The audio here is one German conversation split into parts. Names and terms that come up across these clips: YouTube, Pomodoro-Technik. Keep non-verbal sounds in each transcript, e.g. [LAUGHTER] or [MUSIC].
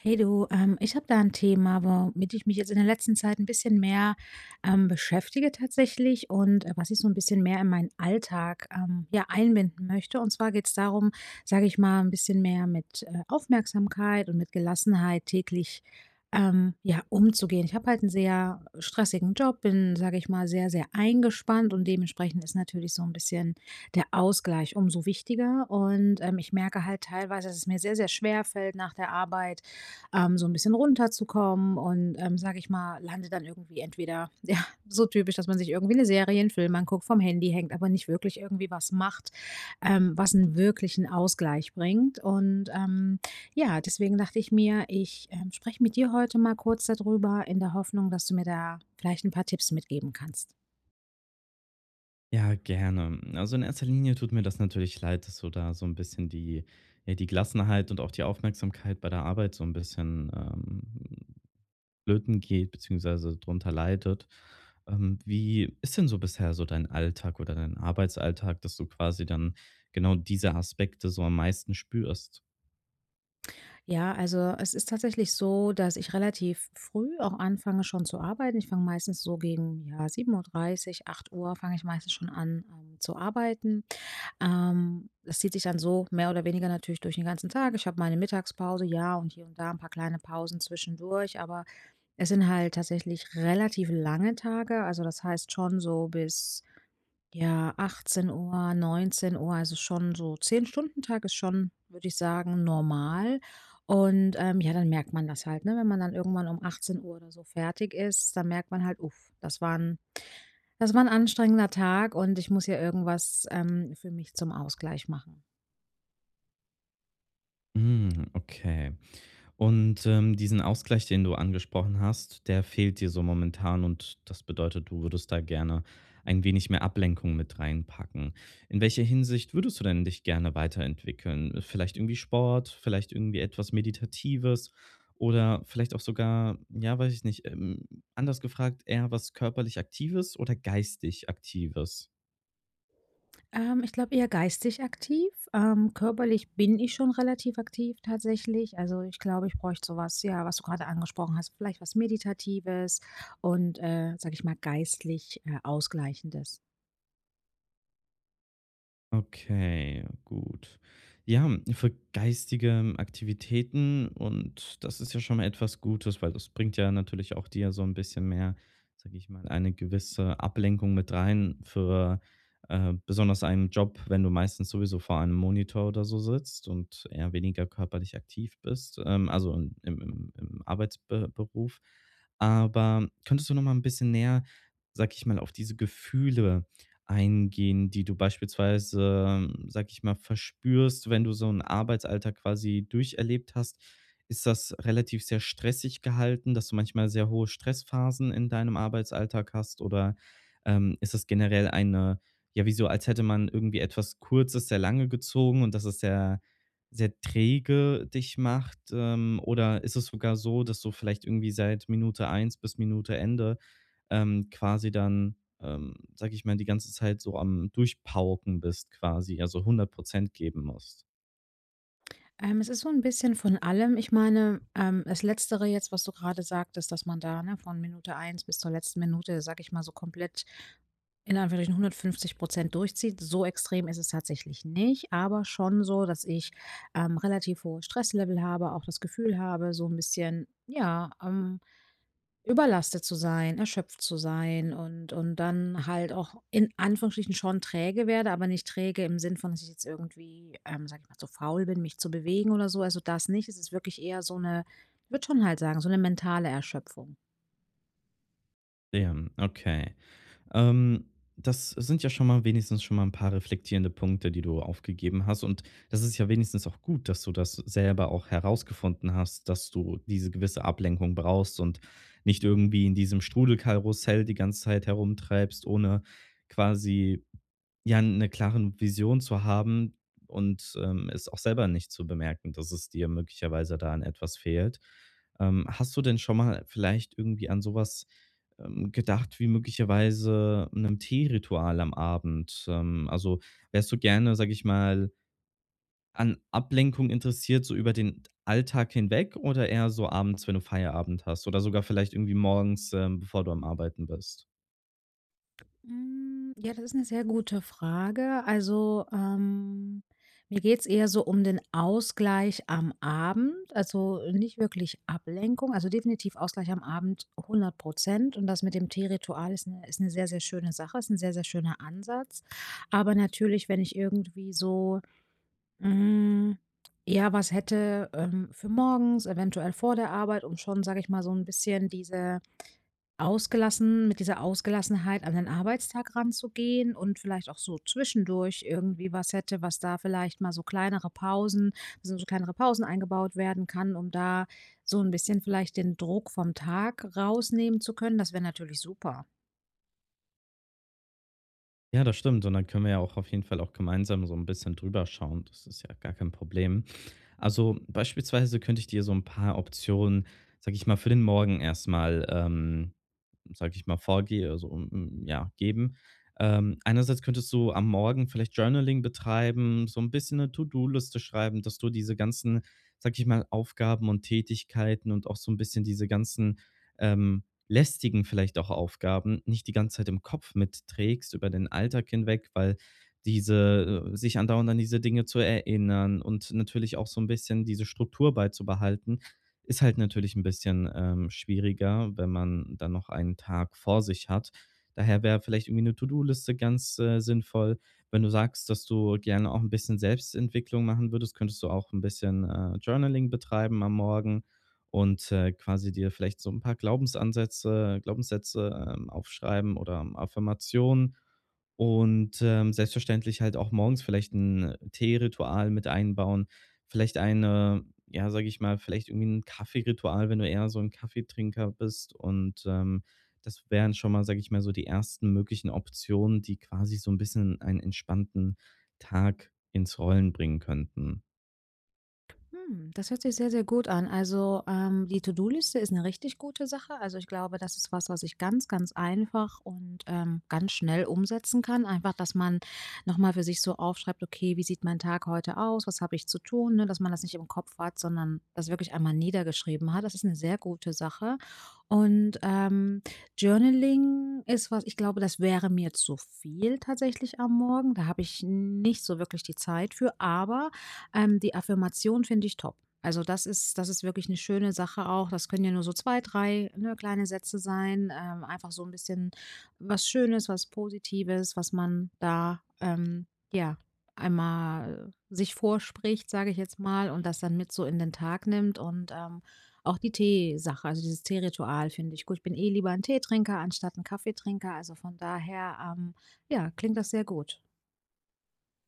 Hey du, ich habe da ein Thema, womit ich mich jetzt in der letzten Zeit ein bisschen mehr, beschäftige tatsächlich und, was ich so ein bisschen mehr in meinen Alltag, ja, einbinden möchte. Und zwar geht es darum, sage ich mal, ein bisschen mehr mit, Aufmerksamkeit und mit Gelassenheit täglich, ja, umzugehen. Ich habe halt einen sehr stressigen Job, bin, sage ich mal, sehr, sehr eingespannt und dementsprechend ist natürlich so ein bisschen der Ausgleich umso wichtiger. Und, ich merke halt teilweise, dass es mir sehr, sehr schwer fällt nach der Arbeit so ein bisschen runterzukommen und, sage ich mal, lande dann irgendwie entweder [LAUGHS] ja, so typisch, dass man sich irgendwie eine Serie, 'n Film anguckt, vom Handy hängt, aber nicht wirklich irgendwie was macht, was einen wirklichen Ausgleich bringt. Und, ja, deswegen dachte ich mir, ich, spreche mit dir heute mal kurz darüber in der Hoffnung, dass du mir da vielleicht ein paar Tipps mitgeben kannst. Ja, gerne. Also in erster Linie tut mir das natürlich leid, dass du da so ein bisschen die ja, die Gelassenheit und auch die Aufmerksamkeit bei der Arbeit so ein bisschen, flöten geht beziehungsweise drunter leidet. Wie ist denn so bisher so dein Alltag oder dein Arbeitsalltag, dass du quasi dann genau diese Aspekte so am meisten spürst? Ja, also es ist tatsächlich so, dass ich relativ früh auch anfange schon zu arbeiten. Ich fange meistens so gegen ja, 7:30 Uhr, 8 Uhr fange ich meistens schon an, zu arbeiten. Das zieht sich dann so mehr oder weniger natürlich durch den ganzen Tag. Ich habe meine Mittagspause, ja, und hier und da ein paar kleine Pausen zwischendurch, aber es sind halt tatsächlich relativ lange Tage. Also das heißt schon so bis, ja, 18:00 Uhr, also schon so 10 Stunden Tag ist schon, würde ich sagen, normal. Und, ja, dann merkt man das halt, ne? Wenn man dann irgendwann um 18 Uhr oder so fertig ist, dann merkt man halt: „Uff, das war ein anstrengender Tag und ich muss hier irgendwas, für mich zum Ausgleich machen.“ Hm, okay. Und, diesen Ausgleich, den du angesprochen hast, der fehlt dir so momentan, und das bedeutet, du würdest da gerne ein wenig mehr Ablenkung mit reinpacken. In welcher Hinsicht würdest du denn dich gerne weiterentwickeln? Vielleicht irgendwie Sport, vielleicht irgendwie etwas Meditatives oder vielleicht auch sogar, ja, weiß ich nicht, anders gefragt, eher was körperlich Aktives oder geistig Aktives? Ich glaube eher geistig aktiv. Körperlich bin ich schon relativ aktiv tatsächlich. Also, ich glaube, ich bräuchte so was, ja, was du gerade angesprochen hast, vielleicht was Meditatives und, sage ich mal, geistlich, Ausgleichendes. Okay, gut. Ja, für geistige Aktivitäten, und das ist ja schon mal etwas Gutes, weil das bringt ja natürlich auch dir so ein bisschen mehr, sage ich mal, eine gewisse Ablenkung mit rein für, besonders einen Job, wenn du meistens sowieso vor einem Monitor oder so sitzt und eher weniger körperlich aktiv bist, also in, im im im Arbeitsbe Aber könntest du noch mal ein bisschen näher, sage ich mal, auf diese Gefühle eingehen, die du beispielsweise, sage ich mal, verspürst, wenn du so einen Arbeitsalltag quasi durcherlebt hast? Ist das relativ sehr stressig gehalten, dass du manchmal sehr hohe Stressphasen in deinem Arbeitsalltag hast? Oder, ist das generell eine ja, wie so, als hätte man irgendwie etwas Kurzes sehr lange gezogen und dass es sehr sehr träge dich macht? Oder ist es sogar so, dass du vielleicht irgendwie seit Minute eins bis Minute Ende, quasi dann sage ich mal, die ganze Zeit so am Durchpauken bist quasi, also 100% geben musst. Es ist so ein bisschen von allem. Ich meine, das Letztere jetzt, was du gerade sagtest, dass man da, ne, von Minute eins bis zur letzten Minute, sage ich mal, so komplett in Anführungsstrichen 150 durchzieht. So extrem ist es tatsächlich nicht, aber schon so, dass ich, relativ hohe Stresslevel habe, auch das Gefühl habe, so ein bisschen, ja, überlastet zu sein, erschöpft zu sein und dann halt auch in Anführungsstrichen schon träge werde, aber nicht träge im Sinn von, dass ich jetzt irgendwie, sage ich mal, zu faul bin, mich zu bewegen oder so. Also das nicht. Es ist wirklich eher so eine, ich würde schon halt sagen, so eine mentale Erschöpfung. Ja, okay. Ähm, das sind ja schon mal wenigstens schon mal ein paar reflektierende Punkte, die du aufgegeben hast. Und das ist ja wenigstens auch gut, dass du das selber auch herausgefunden hast, dass du diese gewisse Ablenkung brauchst und nicht irgendwie in diesem Strudelkarussell die ganze Zeit herumtreibst, ohne quasi, ja, eine klare Vision zu haben und, es auch selber nicht zu bemerken, dass es dir möglicherweise da an etwas fehlt. Hast du denn schon mal vielleicht irgendwie an sowas gedacht wie möglicherweise einem Teeritual am Abend? Also, wärst du gerne, sage ich mal, an Ablenkung interessiert, so über den Alltag hinweg oder eher so abends, wenn du Feierabend hast, oder sogar vielleicht irgendwie morgens, bevor du am Arbeiten bist? Hm, ja, das ist eine sehr gute Frage. Also, mir geht's eher so um den Ausgleich am Abend, also nicht wirklich Ablenkung, also definitiv Ausgleich am Abend 100%. Und das mit dem Teeritual ist eine sehr, sehr schöne Sache, ist ein sehr, sehr schöner Ansatz. Aber natürlich, wenn ich irgendwie so, hm, ja, was hätte, für morgens, eventuell vor der Arbeit, um schon, sage ich mal, so ein bisschen diese Ausgelassen mit dieser Ausgelassenheit an den Arbeitstag ranzugehen und vielleicht auch so zwischendurch irgendwie was hätte, was da vielleicht mal so kleinere Pausen eingebaut werden kann, um da so ein bisschen vielleicht den Druck vom Tag rausnehmen zu können. Das wäre natürlich super. Ja, das stimmt, und dann können wir ja auch auf jeden Fall auch gemeinsam so ein bisschen drüber schauen. Das ist ja gar kein Problem. Also, beispielsweise könnte ich dir so ein paar Optionen, sage ich mal, für den Morgen erstmal, sage ich mal, vorgehe, also, ja, geben. Einerseits könntest du am Morgen vielleicht Journaling betreiben, so ein bisschen eine To-do-Liste schreiben, dass du diese ganzen, sage ich mal, Aufgaben und Tätigkeiten und auch so ein bisschen diese ganzen, lästigen vielleicht auch Aufgaben nicht die ganze Zeit im Kopf mitträgst über den Alltag hinweg, weil diese sich andauernd an diese Dinge zu erinnern und natürlich auch so ein bisschen diese Struktur beizubehalten, ist halt natürlich ein bisschen, schwieriger, wenn man dann noch einen Tag vor sich hat. Daher wäre vielleicht irgendwie eine To-do-Liste ganz, sinnvoll. Wenn du sagst, dass du gerne auch ein bisschen Selbstentwicklung machen würdest, könntest du auch ein bisschen, Journaling betreiben am Morgen und, quasi dir vielleicht so ein paar Glaubensansätze Glaubenssätze, aufschreiben oder Affirmationen und, selbstverständlich halt auch morgens vielleicht 'n Teeritual mit einbauen, vielleicht eine ja, sage ich mal, vielleicht irgendwie ein Kaffeeritual, wenn du eher so ein Kaffeetrinker bist, und, das wären schon mal, sage ich mal, so die ersten möglichen Optionen, die quasi so ein bisschen einen entspannten Tag ins Rollen bringen könnten. Das hört sich sehr, sehr gut an. Also, die To-do-Liste ist eine richtig gute Sache. Also, ich glaube, das ist was, was ich ganz, ganz einfach und, ganz schnell umsetzen kann. Einfach, dass man noch mal für sich so aufschreibt: „Okay, wie sieht mein Tag heute aus? Was habe ich zu tun?“, ne? Dass man das nicht im Kopf hat, sondern das wirklich einmal niedergeschrieben hat. Das ist eine sehr gute Sache. Und, Journaling ist was, ich glaube, das wäre mir zu viel tatsächlich am Morgen. Da habe ich nicht so wirklich die Zeit für, aber die Affirmation finde ich top. Also, das ist wirklich eine schöne Sache auch. Das können ja nur so 2 drei, ne, kleine Sätze sein, einfach so ein bisschen was Schönes, was Positives, was man da, ja, einmal sich vorspricht, sage ich jetzt mal, und das dann mit so in den Tag nimmt und, auch die Teesache, also dieses Teeritual finde ich gut. Ich bin eh lieber ein Teetrinker anstatt ein Kaffeetrinker, also von daher, ja, klingt das sehr gut.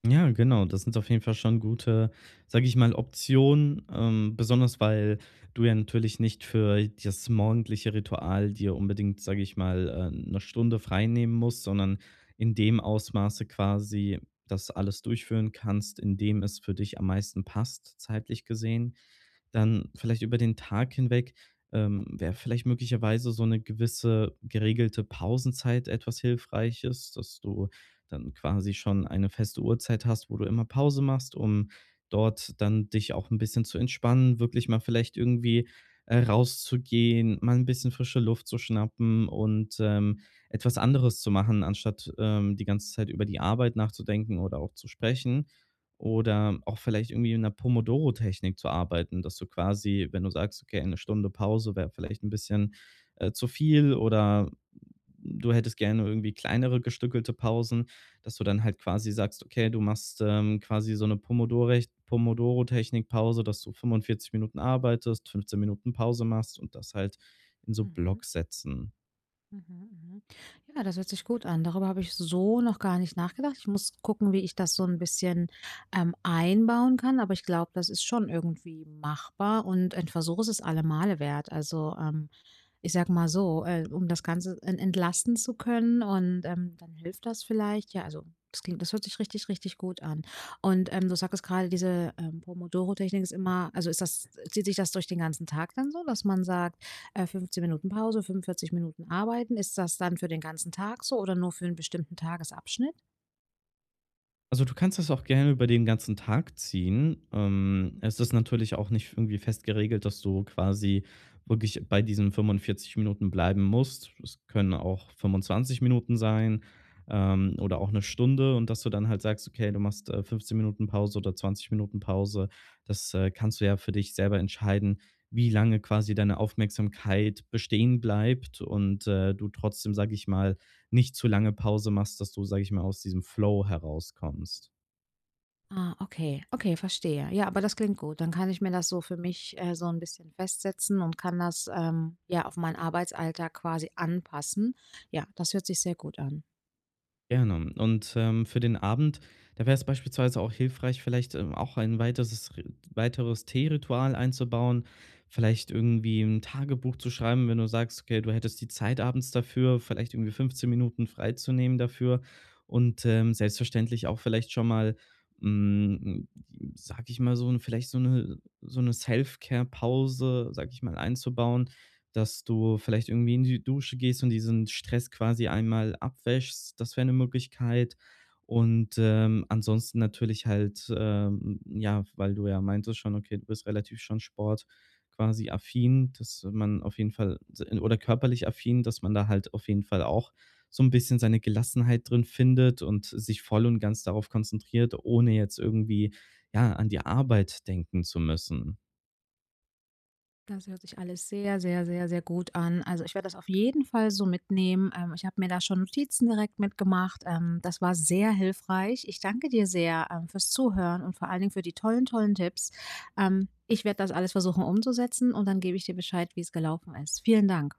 Ja, genau. Das sind auf jeden Fall schon gute, sage ich mal, Optionen, besonders weil du ja natürlich nicht für das morgendliche Ritual dir unbedingt, sage ich mal, 'ne Stunde frei nehmen musst, sondern in dem Ausmaße quasi das alles durchführen kannst, in dem es für dich am meisten passt, zeitlich gesehen. Dann vielleicht über den Tag hinweg, wäre vielleicht möglicherweise so eine gewisse geregelte Pausenzeit etwas Hilfreiches, dass du dann quasi schon eine feste Uhrzeit hast, wo du immer Pause machst, um dort dann dich auch ein bisschen zu entspannen, wirklich mal vielleicht irgendwie, rauszugehen, mal ein bisschen frische Luft zu schnappen und, etwas anderes zu machen, anstatt, die ganze Zeit über die Arbeit nachzudenken oder auch zu sprechen. Oder auch vielleicht irgendwie in 'ner Pomodoro-Technik zu arbeiten, dass du quasi, wenn du sagst: „Okay, eine Stunde Pause wäre vielleicht ein bisschen, zu viel“ oder du hättest gerne irgendwie kleinere gestückelte Pausen, dass du dann halt quasi sagst, okay, du machst, quasi so eine Pomodore Pomodoro-Technik Pause, dass du 45 Minuten arbeitest, 15 Minuten Pause machst und das halt in so Mhm. Blocksätzen. Mhm, mhm. Ja, das hört sich gut an. Darüber habe ich so noch gar nicht nachgedacht. Ich muss gucken, wie ich das so ein bisschen, einbauen kann, aber ich glaube, das ist schon irgendwie machbar und ein Versuch ist es alle Male wert. Also, ich sag mal so, um das Ganze en entlasten zu können und, dann hilft das vielleicht. Ja, also, das hört sich richtig, richtig gut an. Und, du sagtest gerade diese, Pomodoro-Technik ist immer, also, ist das, zieht sich das durch den ganzen Tag dann so, dass man sagt, 15 Minuten Pause, 45 Minuten arbeiten? Ist das dann für den ganzen Tag so oder nur für einen bestimmten Tagesabschnitt? Also, du kannst das auch gerne über den ganzen Tag ziehen. Es ist natürlich auch nicht irgendwie fest geregelt, dass du quasi wirklich bei diesen 45 Minuten bleiben musst. Es können auch 25 Minuten sein, oder auch eine Stunde, und dass du dann halt sagst: „Okay, du machst, 15 Minuten Pause oder 20 Minuten Pause.“ Das, kannst du ja für dich selber entscheiden, wie lange quasi deine Aufmerksamkeit bestehen bleibt und, du trotzdem, sage ich mal, nicht zu lange Pause machst, dass du, sage ich mal, aus diesem Flow herauskommst. Ah, okay, okay, verstehe. Ja, aber das klingt gut. Dann kann ich mir das so für mich, so ein bisschen festsetzen und kann das, ja, auf meinen Arbeitsalltag quasi anpassen. Ja, das hört sich sehr gut an. Gerne. Und, für den Abend, da wäre es beispielsweise auch hilfreich, vielleicht, auch ein weiteres Teeritual einzubauen, vielleicht irgendwie ein Tagebuch zu schreiben, wenn du sagst, okay, du hättest die Zeit abends dafür, vielleicht irgendwie 15 Minuten freizunehmen dafür und, selbstverständlich auch vielleicht schon mal, hm, sage ich mal, so ein, vielleicht so eine Self-Care-Pause, sage ich mal, einzubauen, dass du vielleicht irgendwie in die Dusche gehst und diesen Stress quasi einmal abwäschst. Das wäre eine Möglichkeit. Und, ansonsten natürlich halt, ja, weil du ja meintest schon, okay, du bist relativ schon Sport quasi affin, dass man auf jeden Fall oder körperlich affin, dass man da halt auf jeden Fall auch so ein bisschen seine Gelassenheit drin findet und sich voll und ganz darauf konzentriert, ohne jetzt irgendwie, ja, an die Arbeit denken zu müssen. Das hört sich alles sehr, sehr, sehr, sehr gut an. Also, ich werde das auf jeden Fall so mitnehmen. Ich habe mir da schon Notizen direkt mitgemacht. Das war sehr hilfreich. Ich danke dir sehr, fürs Zuhören und vor allen Dingen für die tollen, tollen Tipps. Ich werde das alles versuchen umzusetzen und dann gebe ich dir Bescheid, wie es gelaufen ist. Vielen Dank.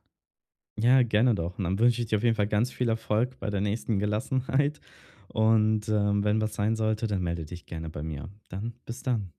Ja, gerne doch. Und dann wünsche ich dir auf jeden Fall ganz viel Erfolg bei der nächsten Gelassenheit. Und wenn was sein sollte, dann melde dich gerne bei mir. Dann bis dann.